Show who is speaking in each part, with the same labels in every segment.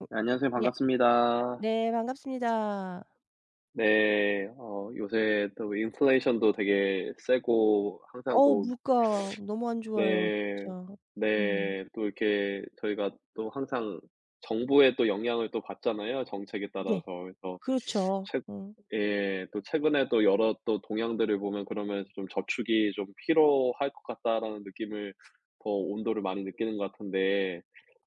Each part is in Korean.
Speaker 1: 어
Speaker 2: 네, 안녕하세요.
Speaker 1: 네.
Speaker 2: 반갑습니다.
Speaker 1: 네, 반갑습니다.
Speaker 2: 네. 요새 또 인플레이션도 되게 세고 항상
Speaker 1: 어우,
Speaker 2: 또.
Speaker 1: 물가 너무 안 좋아요
Speaker 2: 네.
Speaker 1: 진짜. 음.
Speaker 2: 네. 또 이렇게 저희가 또 항상 정부의 또 영향을 또 받잖아요, 정책에 따라서.
Speaker 1: 네.
Speaker 2: 그래서
Speaker 1: 그렇죠.
Speaker 2: 최
Speaker 1: 음.
Speaker 2: 예. 또 최근에 또 여러 또 동향들을 보면 그러면서 좀 '저축이 좀 필요할 것 같다.'라는 느낌을 더 온도를 많이 느끼는 것 같은데.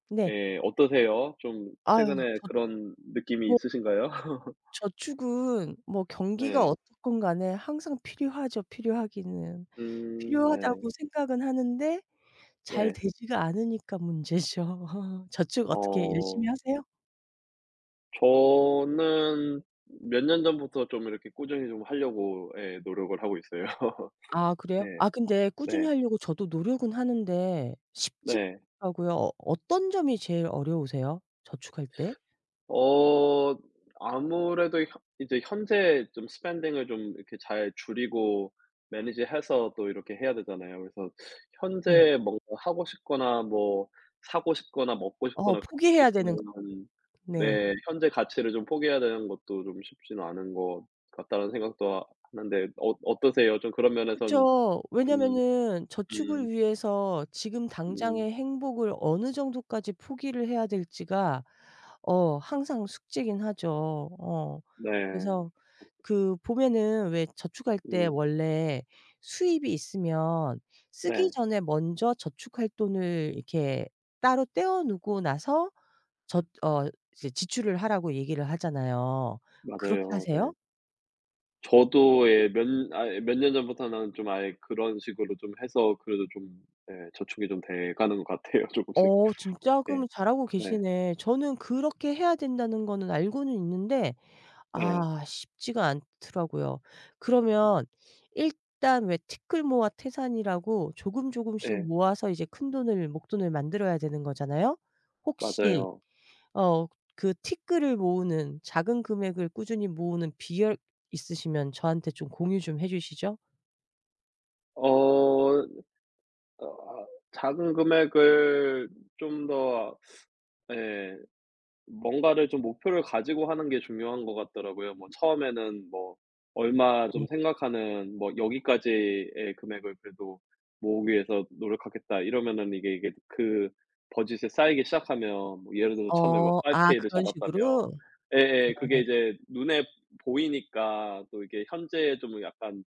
Speaker 1: 네.
Speaker 2: 예 어떠세요? 좀
Speaker 1: 아유,
Speaker 2: 최근에
Speaker 1: 저
Speaker 2: 그런 느낌이
Speaker 1: 뭐,
Speaker 2: 있으신가요?
Speaker 1: 저축은 뭐 경기가
Speaker 2: 예.
Speaker 1: 어떻건 간에 항상 필요하죠, 필요하기는.
Speaker 2: 음. 네.
Speaker 1: 필요하다고 생각은 하는데 잘
Speaker 2: 네.
Speaker 1: 되지가 않으니까 문제죠. 저축
Speaker 2: 어
Speaker 1: 어떻게 열심히 하세요?
Speaker 2: 저는 몇 년 전부터 좀 이렇게 꾸준히 좀 하려고 예 노력을 하고 있어요.
Speaker 1: 아,
Speaker 2: 네.
Speaker 1: 그래요? 아, 근데 꾸준히
Speaker 2: 네.
Speaker 1: 하려고 저도 노력은 하는데 쉽지가
Speaker 2: 네.
Speaker 1: 더라고요. 어떤 점이 제일 어려우세요? 저축할 때?
Speaker 2: 어 아무래도 현 이제 현재 좀 스펜딩을 좀 이렇게 잘 줄이고 매니지해서 또 이렇게 해야 되잖아요. 그래서
Speaker 1: 네.
Speaker 2: 현재 뭔가 하고 싶거나 뭐 사고 싶거나 먹고 싶거나 그런 게
Speaker 1: 포기해야 되는 거.
Speaker 2: 있으면,
Speaker 1: 네.
Speaker 2: 네, 현재 가치를 좀 포기해야 되는 것도 좀 쉽지는 않은 것 같다는 생각도 하 하는데. 어떠세요? 좀 그런 면에선.
Speaker 1: 그쵸.
Speaker 2: 음.
Speaker 1: 왜냐면은
Speaker 2: 음.
Speaker 1: 저축을 위해서 지금
Speaker 2: 음.
Speaker 1: 당장의 행복을 어느 정도까지 포기를 해야 될지가 항상 숙제긴 하죠. 어.
Speaker 2: 네.
Speaker 1: 그래서 그 보면은 왜 저축할 때
Speaker 2: 음.
Speaker 1: 원래 수입이 있으면 쓰기
Speaker 2: 네.
Speaker 1: 전에 먼저 저축할 돈을 이렇게 따로 떼어 놓고 나서 저 이제 지출을 하라고 얘기를 하잖아요. 그렇게
Speaker 2: 맞아요. 네.
Speaker 1: 하세요?
Speaker 2: 저도 예 몇 아예 몇 년 전부터는 좀 아예 그런 식으로 좀 해서 그래도 좀 예 저축이 좀 돼 가는 것 같아요. 조금씩.
Speaker 1: 진짜?
Speaker 2: 예.
Speaker 1: 그럼 잘하고
Speaker 2: 네.
Speaker 1: 계시네. 저는 그렇게 해야 된다는 거는 알고는 있는데
Speaker 2: 네.
Speaker 1: 아, 쉽지가 않더라고요.
Speaker 2: 어
Speaker 1: 그러면 일단 왜 티끌 모아 태산이라고 조금 조금씩
Speaker 2: 예.
Speaker 1: 모아서 이제 큰돈을, 목돈을 만들어야 되는 거잖아요. 혹시
Speaker 2: 맞아요.
Speaker 1: 어 그 티끌을 모으는 작은 금액을 꾸준히 모으는 비결 있으시면 저한테 좀 공유 좀 해 주시죠?
Speaker 2: 어 어, 아 작은 금액을 좀 더, 예, 뭔가를 좀 목표를 가지고 하는 게 중요한 것 같더라고요. 뭐 처음에는 뭐 얼마 좀
Speaker 1: 네.
Speaker 2: 생각하는 뭐 '여기까지의 금액을 그래도 모으기 위해서 노력하겠다.' 이러면은 이게 그 버짓에 쌓이기 시작하면 뭐 예를 들어서 처음에 뭐 5K를
Speaker 1: 그런
Speaker 2: 잡았다면.
Speaker 1: 식으로?
Speaker 2: 예예. 그게
Speaker 1: 네.
Speaker 2: 이제 눈에 보이니까 또 이게 현재에 좀 약간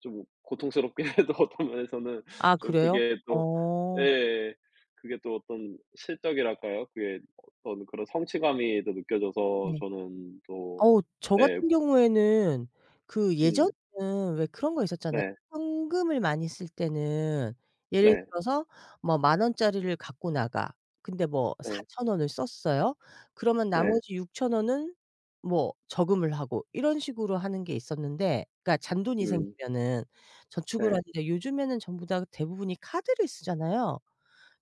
Speaker 2: 좀 고통스럽긴 해도 어떤 면에서는
Speaker 1: 아,
Speaker 2: 좀
Speaker 1: 그래요?
Speaker 2: 그게 또.
Speaker 1: 어.
Speaker 2: 예, 그게 또 어떤 실적이랄까요? 그게 어떤 그런 성취감이 더 느껴져서
Speaker 1: 네.
Speaker 2: 저는 또.
Speaker 1: 저
Speaker 2: 예.
Speaker 1: 같은 경우에는 그
Speaker 2: 음.
Speaker 1: 예전에는 왜 그런 거 있었잖아요.
Speaker 2: 네.
Speaker 1: 현금을 많이 쓸 때는 예를
Speaker 2: 네.
Speaker 1: 들어서 뭐 만 원짜리를 갖고 나가. 근데 뭐4
Speaker 2: 네.
Speaker 1: 천 원을 썼어요. 그러면
Speaker 2: 네.
Speaker 1: 나머지 6천 원은 뭐 저금을 하고, 이런 식으로 하는 게 있었는데, 그러니까 잔돈이
Speaker 2: 음.
Speaker 1: 생기면은 저축을
Speaker 2: 네.
Speaker 1: 하는데, 요즘에는 전부 다 대부분이 카드를 쓰잖아요.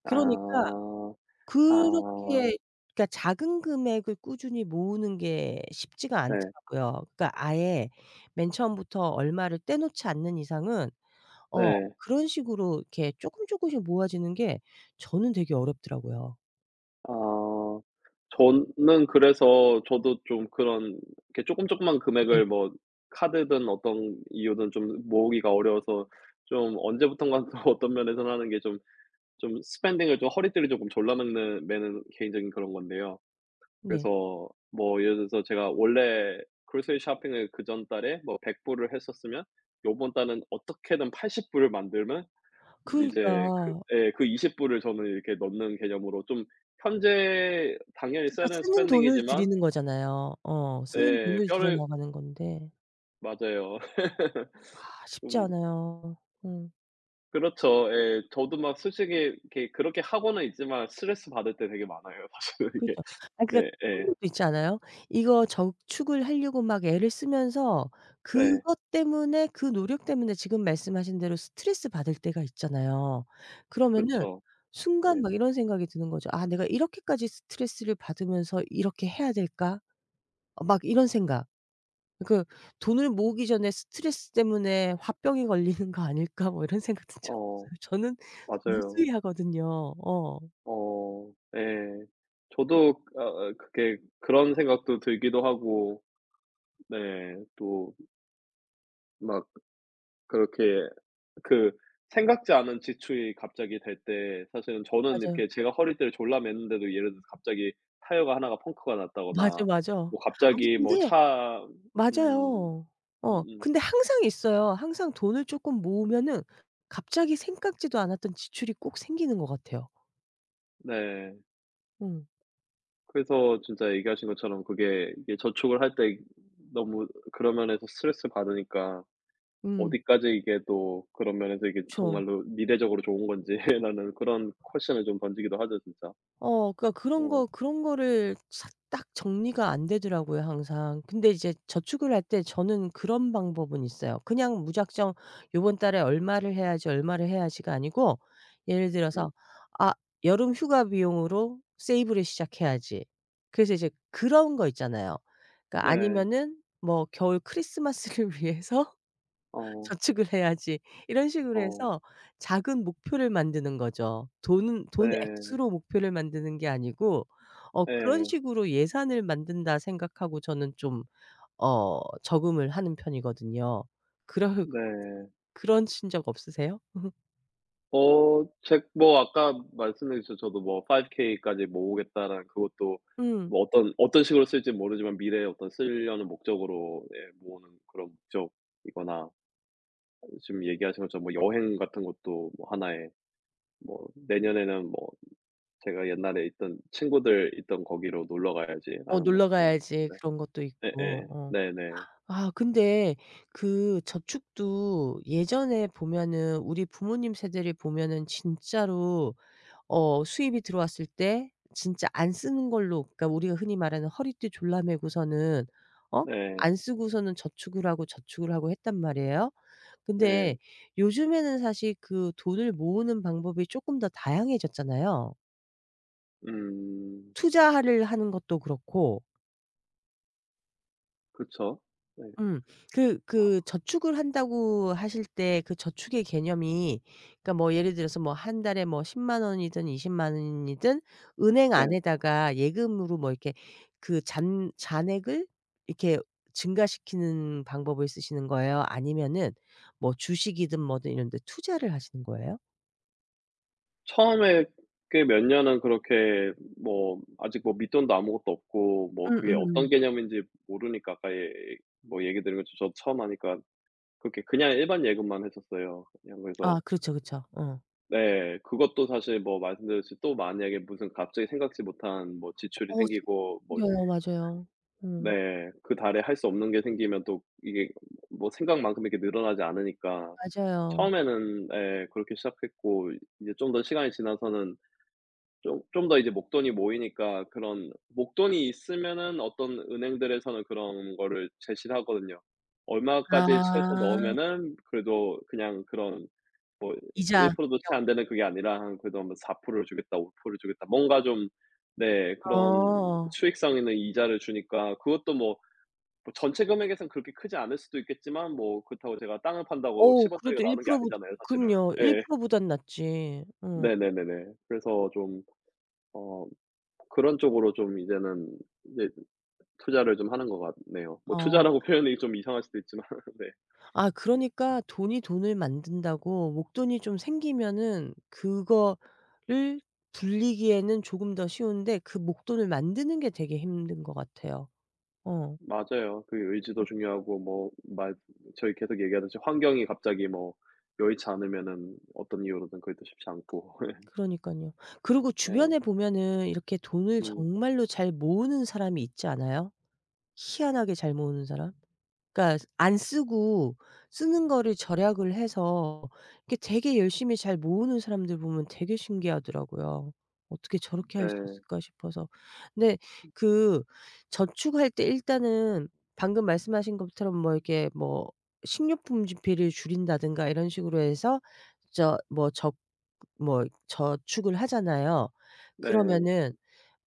Speaker 2: 아.
Speaker 1: 그러니까
Speaker 2: 아.
Speaker 1: 그렇게 그러니까 작은 금액을 꾸준히 모으는 게 쉽지가
Speaker 2: 네.
Speaker 1: 않더라고요. 그러니까 아예 맨 처음부터 얼마를 떼놓지 않는 이상은 어
Speaker 2: 네.
Speaker 1: 그런 식으로 이렇게 쪼끔 쪼끔씩 모아지는 게 저는 되게 어렵더라고요.
Speaker 2: 아. 저는 그래서 저도 좀 그런 이렇게 조금 조끄만
Speaker 1: 네.
Speaker 2: 금액을 뭐 카드든 어떤 이유든 좀 모으기가 어려워서, 좀 언제부턴가 또 어떤 면에서는 하는 게 좀, 좀 스pen딩을 좀 허리띠를 조금 졸라 매는 개인적인 그런 건데요.
Speaker 1: 네.
Speaker 2: 그래서 뭐 예를 들어서 제가 원래 g 로 o c e 핑을 그전 달에 뭐 100 불을 했었으면 요번 달은 어떻게든 80 불을 만들면,
Speaker 1: 그러니까.
Speaker 2: 이제 그 예 그 20 불을 저는 이렇게 넣는 개념으로 좀 현재 당연히
Speaker 1: 그러니까
Speaker 2: 써야 되는 스 p e
Speaker 1: 쓰는
Speaker 2: n 이지
Speaker 1: 돈을
Speaker 2: 만
Speaker 1: 줄이는 거잖아요. 쓰는
Speaker 2: 예
Speaker 1: 돈을 줄여
Speaker 2: 뼈를
Speaker 1: 나가는 건데
Speaker 2: 맞아요.
Speaker 1: 아, 쉽지
Speaker 2: 좀
Speaker 1: 않아요. 음.
Speaker 2: 그렇죠. 예. 저도 막 솔직히 이렇게 그렇게 하고는 있지만 스트레스 받을 때 되게 많아요. 사실은
Speaker 1: 그죠.
Speaker 2: 이게.
Speaker 1: 아, 그러니까 그런
Speaker 2: 예예.
Speaker 1: 것도 있지 않아요? 이거 저축을 하려고 막 애를 쓰면서
Speaker 2: 네.
Speaker 1: 그것 때문에, 그 노력 때문에, 지금 말씀하신 대로 스트레스 받을 때가 있잖아요. 그러면은
Speaker 2: 그쵸.
Speaker 1: 순간
Speaker 2: 예.
Speaker 1: 막 이런 생각이 드는 거죠. '아, 내가 이렇게까지 스트레스를 받으면서 이렇게 해야 될까?' 막 이런 생각. 그 '돈을 모으기 전에 스트레스 때문에 화병에 걸리는 거 아닐까?' 뭐 이런 생각도 좀
Speaker 2: 어
Speaker 1: 들어요. 저는
Speaker 2: 맞아요.
Speaker 1: 무수히 하거든요.
Speaker 2: 어 네. 저도 어어 그게, 그런 생각도 들기도 하고, 네, 또 막 그렇게 그 생각지 않은 지출이 갑자기 될 때 사실은 저는
Speaker 1: 맞아요.
Speaker 2: 이렇게 제가 허리띠를 졸라 맸는데도, 예를 들어서 갑자기 타이어가 하나가 펑크가
Speaker 1: 맞아,
Speaker 2: 났다거나,
Speaker 1: 맞아.
Speaker 2: 뭐
Speaker 1: 아니
Speaker 2: 갑자기 뭐
Speaker 1: 근데
Speaker 2: 차. 음.
Speaker 1: 맞아요.
Speaker 2: 음음.
Speaker 1: 근데 항상 있어요. 항상 돈을 쪼끔 모으면은 갑자기 생각지도 않았던 지출이 꼭 생기는 것 같아요.
Speaker 2: 네.
Speaker 1: 음.
Speaker 2: 그래서 진짜 얘기하신 것처럼 그게 이게 저축을 할 때 너무 그런 면에서 스트레스 받으니까
Speaker 1: 음.
Speaker 2: 어디까지 이게 또 그런 면에서 이게
Speaker 1: 그쵸.
Speaker 2: 정말로 미래적으로 좋은 건지 라는 그런 퀘션을 좀 던지기도 하죠 진짜.
Speaker 1: 그러니까 그런
Speaker 2: 어
Speaker 1: 거 그런 거를 싹 딱 정리가 안 되더라고요 항상. 근데 이제 저축을 할 때 저는 그런 방법은 있어요. 그냥 무작정 요번 달에 얼마를 해야지, 얼마를 해야지가 아니고, 예를
Speaker 2: 음.
Speaker 1: 들어서 '아, 여름 휴가 비용으로 세이브를 시작해야지.' 그래서 이제 그런 거 있잖아요. 그러니까
Speaker 2: 네.
Speaker 1: 아니면은 뭐 겨울 크리스마스를 위해서
Speaker 2: 어.
Speaker 1: 저축을 해야지, 이런 식으로
Speaker 2: 어.
Speaker 1: 해서 작은 목표를 만드는 거죠. 돈은 돈
Speaker 2: 네.
Speaker 1: 액수로 목표를 만드는 게 아니고 그런
Speaker 2: 예.
Speaker 1: 식으로 '예산을 만든다.' 생각하고 저는 좀 저금을 하는 편이거든요. 그러
Speaker 2: 네.
Speaker 1: 그러신 적 없으세요?
Speaker 2: 책 뭐 아까 말씀해 주셔서 저도 뭐 "5K까지 모으겠다."라는 그것도
Speaker 1: 음.
Speaker 2: 뭐 어떤 식으로 쓸지는 모르지만 미래에 어떤 쓰려는 목적으로 예 모으는 그런 목적이거나 지금 얘기하신 것처럼 뭐 여행 같은 것도 뭐 하나의 뭐 내년에는 뭐 제가 옛날에 있던 친구들 있던 거기로 놀러 가야지 라는 뭐
Speaker 1: 놀러
Speaker 2: 그런.
Speaker 1: 가야지
Speaker 2: 네.
Speaker 1: 그런 것도 있고.
Speaker 2: 예예.
Speaker 1: 어.
Speaker 2: 네네.
Speaker 1: 아, 근데 그 저축도 예전에 보면은 우리 부모님 세대를 보면은 진짜로 수입이 들어왔을 때 진짜 안 쓰는 걸로, 그러니까 우리가 흔히 말하는 허리띠 졸라매고서는, 어
Speaker 2: 네.
Speaker 1: 안 쓰고서는 저축을 하고 저축을 하고 했단 말이에요.
Speaker 2: 예.
Speaker 1: 근데 요즘에는 사실 그 돈을 모으는 방법이 쪼끔 더 다양해졌잖아요.
Speaker 2: 음.
Speaker 1: 투자를 하는 것도 그렇고.
Speaker 2: 그쵸. 네.
Speaker 1: 음. 그 저축을 한다고 하실 때 그 저축의 개념이, 그러니까 뭐 예를 들어서 뭐 한 달에 뭐1 0 원이든 20만 원이든 은행
Speaker 2: 네.
Speaker 1: 안에다가 예금으로 뭐 이렇게 그 잔 잔액을 이렇게 증가시키는 방법을 쓰시는 거예요? 아니면은 뭐 주식이든 뭐든 이런 데 투자를 하시는 거예요?
Speaker 2: 처음에 꽤 몇 년은 그렇게 뭐 아직 뭐 밑돈도 아무것도 없고 뭐 그게 어떤
Speaker 1: 음음음.
Speaker 2: 개념인지 모르니까, 아까 예뭐 얘기 드린 것처럼 저도 처음 하니까 그렇게 그냥 일반 예금만 했었어요. 그냥. 그래서
Speaker 1: 아, 그렇죠, 그렇죠. 어.
Speaker 2: 네, 그것도 사실 뭐 말씀드렸듯이 또 만약에 무슨 갑자기 생각지 못한 뭐 지출이
Speaker 1: 어
Speaker 2: 생기고 뭐.
Speaker 1: 생겨요. 맞아요. 음.
Speaker 2: 네. 그 달에 할 수 없는 게 생기면 또 이게 뭐 생각만큼 이렇게 늘어나지 않으니까
Speaker 1: 맞아요.
Speaker 2: 처음에는 예 그렇게 시작했고. 이제 좀 더 시간이 지나서는, 좀 더 이제 목돈이 모이니까, 그런 목돈이 있으면은 어떤 은행들에서는 그런 거를 제시를 하거든요. 얼마까지 채서
Speaker 1: 아,
Speaker 2: 넣으면은 그래도, 그냥 그런 뭐
Speaker 1: 이자.
Speaker 2: 1%도 채 안
Speaker 1: 이런
Speaker 2: 되는 그게 아니라 한 그래도 한 뭐 4%를 주겠다, 5%를 주겠다. 뭔가 좀, 네,
Speaker 1: 거.
Speaker 2: 그런
Speaker 1: 어.
Speaker 2: 수익성 있는 이자를 주니까 그것도 뭐, 뭐 전체 금액에선 그렇게 크지 않을 수도 있겠지만 뭐 그렇다고 제가 땅을 판다고
Speaker 1: 어우,
Speaker 2: 10 원짜리가
Speaker 1: 그래도 1%
Speaker 2: 나오는 게
Speaker 1: 보
Speaker 2: 아니잖아요 사실은.
Speaker 1: 그럼요.
Speaker 2: 예.
Speaker 1: 1% 보단 낫지. 응.
Speaker 2: 네네네네. 그래서 좀 어 그런 쪽으로 좀 이제는 이제 투자를 좀 하는 것 같네요. 뭐
Speaker 1: 어.
Speaker 2: 투자라고 표현이 좀 이상할 수도 있지만. 네.
Speaker 1: 아,
Speaker 2: 네.
Speaker 1: 그러니까 돈이 돈을 만든다고 목돈이 좀 생기면은 그거를 불리기에는 조금 더 쉬운데 그 목돈을 만드는 게 되게 힘든 것 같아요. 어
Speaker 2: 맞아요. 그 의지도 중요하고 뭐 말 저희 계속 얘기하듯이 환경이 갑자기 뭐 여의치 않으면은 어떤 이유로든 그게 또 쉽지 않고.
Speaker 1: 그러니깐요. 그리고
Speaker 2: 네.
Speaker 1: 주변에 보면은 이렇게 돈을
Speaker 2: 음.
Speaker 1: 정말로 잘 모으는 사람이 있지 않아요? 희한하게 잘 모으는 사람? 그러니까 안 쓰고 쓰는 거를 절약을 해서 이렇게 되게 열심히 잘 모으는 사람들 보면 되게 신기하더라고요. '어떻게 저렇게 할 수
Speaker 2: 네.
Speaker 1: 있을까?' 싶어서. 근데 그 저축할 때 일단은 방금 말씀하신 것처럼 뭐 이렇게 뭐 식료품 지폐를 줄인다든가 이런 식으로 해서 저 뭐 적 뭐 저축을 하잖아요.
Speaker 2: 네.
Speaker 1: 그러면은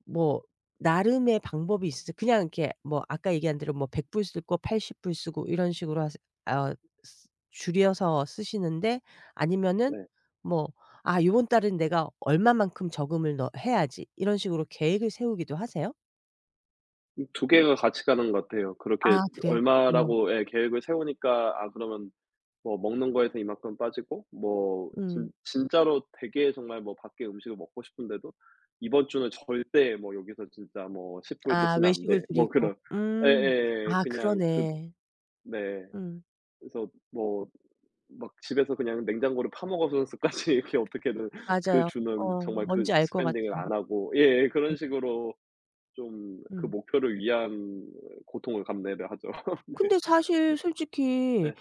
Speaker 1: 뭐 나름의 방법이 있어서요, 그냥 이렇게 뭐 아까 얘기한 대로 뭐 100 불 쓰고 80불 쓰고 이런 식으로 하세 어 쓰 줄여서 쓰시는데, 아니면은
Speaker 2: 네.
Speaker 1: 뭐 '아, 요번 달은 내가 얼마만큼 저금을 넣 해야지.' 이런 식으로 계획을 세우기도 하세요?
Speaker 2: 두 개가 같이 가는 것 같아요. 그렇게
Speaker 1: 아, 그래요? 음.
Speaker 2: 얼마라고 예 계획을 세우니까, 아 그러면 뭐 먹는 거에서 이만큼 빠지고 뭐 진
Speaker 1: 음.
Speaker 2: 진짜로 되게 정말 뭐 밖에 음식을 먹고 싶은데도 "이번 주는 절대 뭐 여기서 진짜 뭐 10 불도
Speaker 1: 아,
Speaker 2: 쓰면 안
Speaker 1: 외식을
Speaker 2: 돼." 뭐
Speaker 1: 줄이고.
Speaker 2: 그런.
Speaker 1: 음.
Speaker 2: 예예예.
Speaker 1: 아,
Speaker 2: 그냥 그.
Speaker 1: 그러네.
Speaker 2: 네.
Speaker 1: 음.
Speaker 2: 그래서 뭐 막 집에서 그냥 냉장고를 파 먹으면서까지 이렇게 어떻게든 그
Speaker 1: 맞아요.
Speaker 2: 주는 정말 그
Speaker 1: 뭔지 알 것
Speaker 2: 스pen딩을
Speaker 1: 같아요.
Speaker 2: 안 하고 예예 그런 식으로 좀 그
Speaker 1: 음.
Speaker 2: 목표를 위한 고통을 감내를 하죠. 네.
Speaker 1: 근데 사실 솔직히
Speaker 2: 예.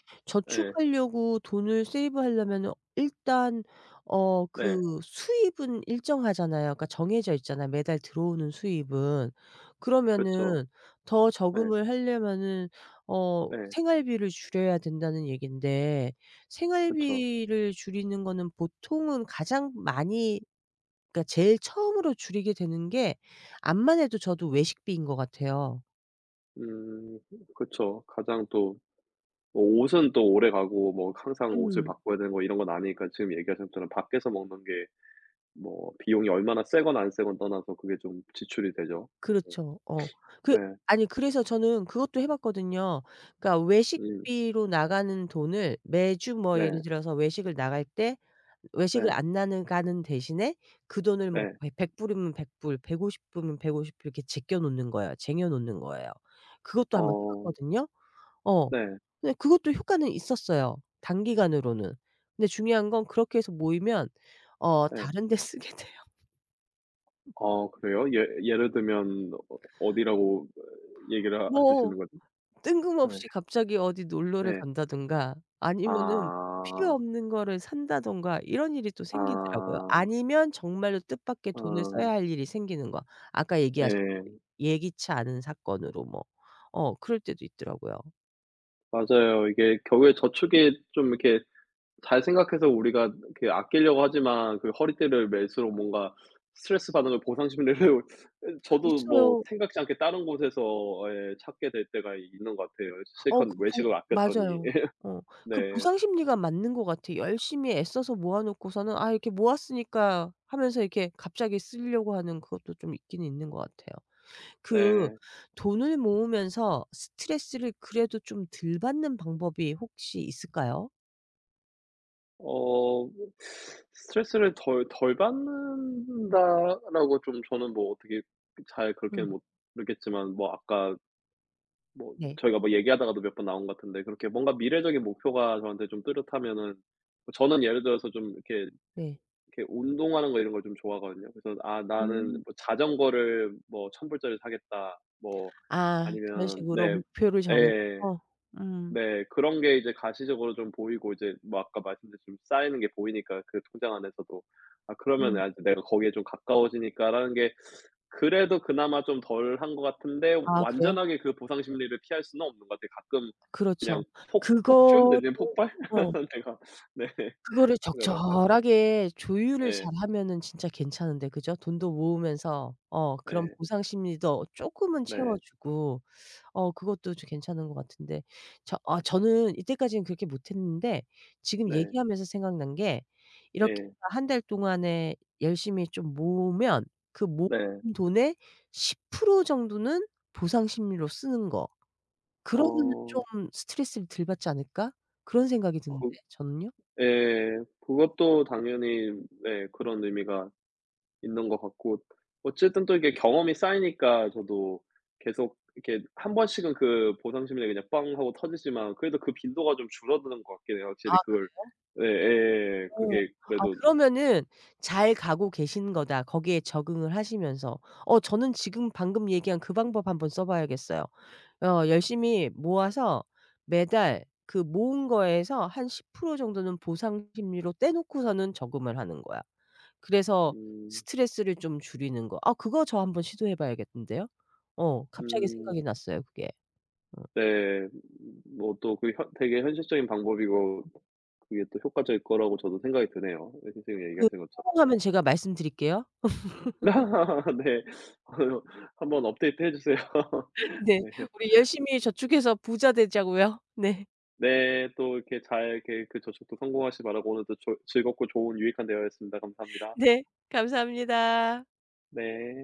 Speaker 2: 예.
Speaker 1: 저축하려고 돈을 세이브하려면은 일단
Speaker 2: 네.
Speaker 1: 그 수입은 일정하잖아요. 그러니까 정해져 있잖아요, 매달 들어오는 수입은.
Speaker 2: 그쵸.
Speaker 1: 그러면은 더
Speaker 2: 예.
Speaker 1: 저금을 하려면은
Speaker 2: 예.
Speaker 1: 생활비를 줄여야 된다는 얘긴데
Speaker 2: 그쵸.
Speaker 1: 생활비를 줄이는 거는 보통은 가장 많이, 그러니까 제일 처음으로 줄이게 되는 게 암만 해도 저도 외식비인 것 같아요.
Speaker 2: 음. 그쵸. 가장 또 뭐 옷은 또 오래가고 뭐 항상 옷을
Speaker 1: 음.
Speaker 2: 바꿔야 되는 거 이런 건 아니니까 지금 얘기하신 것처럼 밖에서 먹는 게 뭐 비용이 얼마나 세건 안 세건 떠나서 그게 좀 지출이 되죠.
Speaker 1: 그렇죠. 어. 그
Speaker 2: 네. 네.
Speaker 1: 아니 그래서 저는 그것도 해 봤거든요. 그러니까
Speaker 2: 음.
Speaker 1: 외식비로 나가는 돈을 매주 뭐
Speaker 2: 네.
Speaker 1: 예를 들어서 외식을 나갈 때 외식을
Speaker 2: 네.
Speaker 1: 안 나는 가는 대신에 그 돈을 뭐
Speaker 2: 네.
Speaker 1: 백 100 불이면 100 불, 150 불이면 150불 이렇게 제껴 놓는 거예요. 쟁여 놓는 거예요. 그것도 한번 해
Speaker 2: 어.
Speaker 1: 봤거든요. 어.
Speaker 2: 네.
Speaker 1: 근데 그것도 효과는 있었어요, 단기간으로는. 근데 중요한 건 그렇게 해서 모이면
Speaker 2: 네.
Speaker 1: 다른 데 쓰게 돼요.
Speaker 2: 어 그래요? 예, 예를 들면 어 어디라고 얘기를 하실 수
Speaker 1: 뭐
Speaker 2: 있는 거죠? 네.
Speaker 1: 뜬금없이 갑자기 어디 놀러를
Speaker 2: 네.
Speaker 1: 간다든가, 아니면은 필요
Speaker 2: 아.
Speaker 1: 없는 거를 산다든가 이런 일이 또 생기더라고요.
Speaker 2: 아.
Speaker 1: 아니면 정말로 뜻밖의 돈을 써야
Speaker 2: 아.
Speaker 1: 할 일이 생기는 거. 아까 얘기하신
Speaker 2: 예.
Speaker 1: 대로 예기치 않은 사건으로 뭐 그럴 때도 있더라고요.
Speaker 2: 맞아요. 이게 결국에 저축이 좀 이렇게 잘 생각해서 우리가 그 아끼려고 하지만 그 허리띠를 멜수록 뭔가 스트레스 받는 걸 보상 심리를 예 저도 뭐
Speaker 1: 있어요.
Speaker 2: 생각지 않게 다른 곳에서 예 찾게 될 때가 있는 것 같아요.
Speaker 1: 어
Speaker 2: 실컷
Speaker 1: 그 보
Speaker 2: 외식을 아꼈더니.
Speaker 1: 맞아요. 어 그
Speaker 2: 네.
Speaker 1: 보상 심리가 맞는 것 같아요. 열심히 애써서 모아 놓고서는 '아, 이렇게 모았으니까.' 하면서 이렇게 갑자기 쓰려고 하는 그것도 좀 있긴 있는 것 같아요. 그
Speaker 2: 네.
Speaker 1: 돈을 모으면서 스트레스를 그래도 좀 덜 받는 방법이 혹시 있을까요?
Speaker 2: 어 스트레스를 덜 받는다라고 좀 저는 뭐 어떻게 잘
Speaker 1: 음.
Speaker 2: 그렇게는 못 모르겠지만, 뭐 아까 뭐
Speaker 1: 네.
Speaker 2: 저희가 뭐 얘기하다가도 몇 번 나온 것 같은데 그렇게 뭔가 미래적인 목표가 저한테 좀 뚜렷하면은, 뭐 저는 예를 들어서 좀 이렇게
Speaker 1: 네.
Speaker 2: 이렇게 운동하는 거 이런 걸 좀 좋아하거든요. 그래서 '아 나는
Speaker 1: 음.
Speaker 2: 뭐 자전거를 뭐 1000 불짜리를 사겠다.' 뭐
Speaker 1: 아, 그런
Speaker 2: 아니면.
Speaker 1: 식으로
Speaker 2: 네.
Speaker 1: 목표를 정해
Speaker 2: 예.
Speaker 1: 놓고. 음.
Speaker 2: 네. 그런 게 이제 가시적으로 좀 보이고 이제 뭐 아까 말씀드린 좀 쌓이는 게 보이니까 그 통장 안에서도. 아 그러면
Speaker 1: 음.
Speaker 2: '아 이제 내가 거기에 좀 가까워지니까.'라는 게 그래도 그나마 좀 덜 한 것 같은데,
Speaker 1: 아, 그래요?
Speaker 2: 완전하게 그 보상 심리를 피할 수는 없는 것 같아요. 가끔
Speaker 1: 그렇죠.
Speaker 2: 그냥 폭 폭주
Speaker 1: 그거를
Speaker 2: 내지는 폭발
Speaker 1: 어
Speaker 2: 내가. 네. 들어죠.
Speaker 1: 적절하게 조율을
Speaker 2: 예.
Speaker 1: 잘하면은 진짜 괜찮은데 그죠? 돈도 모으면서 그런
Speaker 2: 예.
Speaker 1: 보상 심리도 쪼끔은 채워
Speaker 2: 네.
Speaker 1: 주고 그것도 좀 괜찮은 것 같은데. 저는 이때까지는 그렇게 못했는데 지금
Speaker 2: 네.
Speaker 1: 얘기하면서 생각난 게, 이렇게
Speaker 2: 예.
Speaker 1: 한 달 동안에 열심히 좀 모으면 그 모은
Speaker 2: 네.
Speaker 1: 돈의 10% 정도는 보상 심리로 쓰는 거. 그러면은
Speaker 2: 어
Speaker 1: 좀 '스트레스를 덜 받지 않을까?' 그런 생각이 드는데
Speaker 2: 그
Speaker 1: 저는요.
Speaker 2: 예. 그것도 당연히, 네, 그런 의미가 있는 것 같고 어쨌든 또 이게 경험이 쌓이니까 저도 계속 이렇게 한 번씩은 그 보상 심리가 그냥 빵 하고 터지지만 그래도 그 빈도가 좀 줄어드는 것 같긴 해요.
Speaker 1: 아,
Speaker 2: 확실히 그걸.
Speaker 1: 그래요?
Speaker 2: 네 예예.
Speaker 1: 어.
Speaker 2: 그게
Speaker 1: 아,
Speaker 2: 그래도.
Speaker 1: 그러면은 잘 가고 계신 거다, 거기에 적응을 하시면서. 저는 지금 방금 얘기한 그 방법 한번 써 봐야겠어요. 열심히 모아서 매달 그 모은 거에서 한 10% 정도는 보상 심리로 떼놓고서는 저금을 하는 거야. 그래서
Speaker 2: 음.
Speaker 1: 스트레스를 좀 줄이는 거. 아, 그거 저 한번 시도해 봐야겠는데요. 갑자기
Speaker 2: 음.
Speaker 1: 생각이 났어요 그게. 어.
Speaker 2: 네. 뭐 또 그 현 되게 현실적인 방법이고 그게 또 효과적일 거라고 저도 생각이 드네요. 네 선생님이
Speaker 1: 그
Speaker 2: 얘기하신 것처럼.
Speaker 1: 성공하면 제가 말씀드릴게요.
Speaker 2: 네. 아유 한번 업데이트해 주세요.
Speaker 1: 네.
Speaker 2: 네.
Speaker 1: 우리 열심히 저축해서 부자 되자고요. 네.
Speaker 2: 네. 또 이렇게 잘 이렇게 그 저축도 성공하시기 바라고 오늘도 조 즐겁고 좋은 유익한 대화였습니다. 감사합니다.
Speaker 1: 네. 감사합니다.
Speaker 2: 네.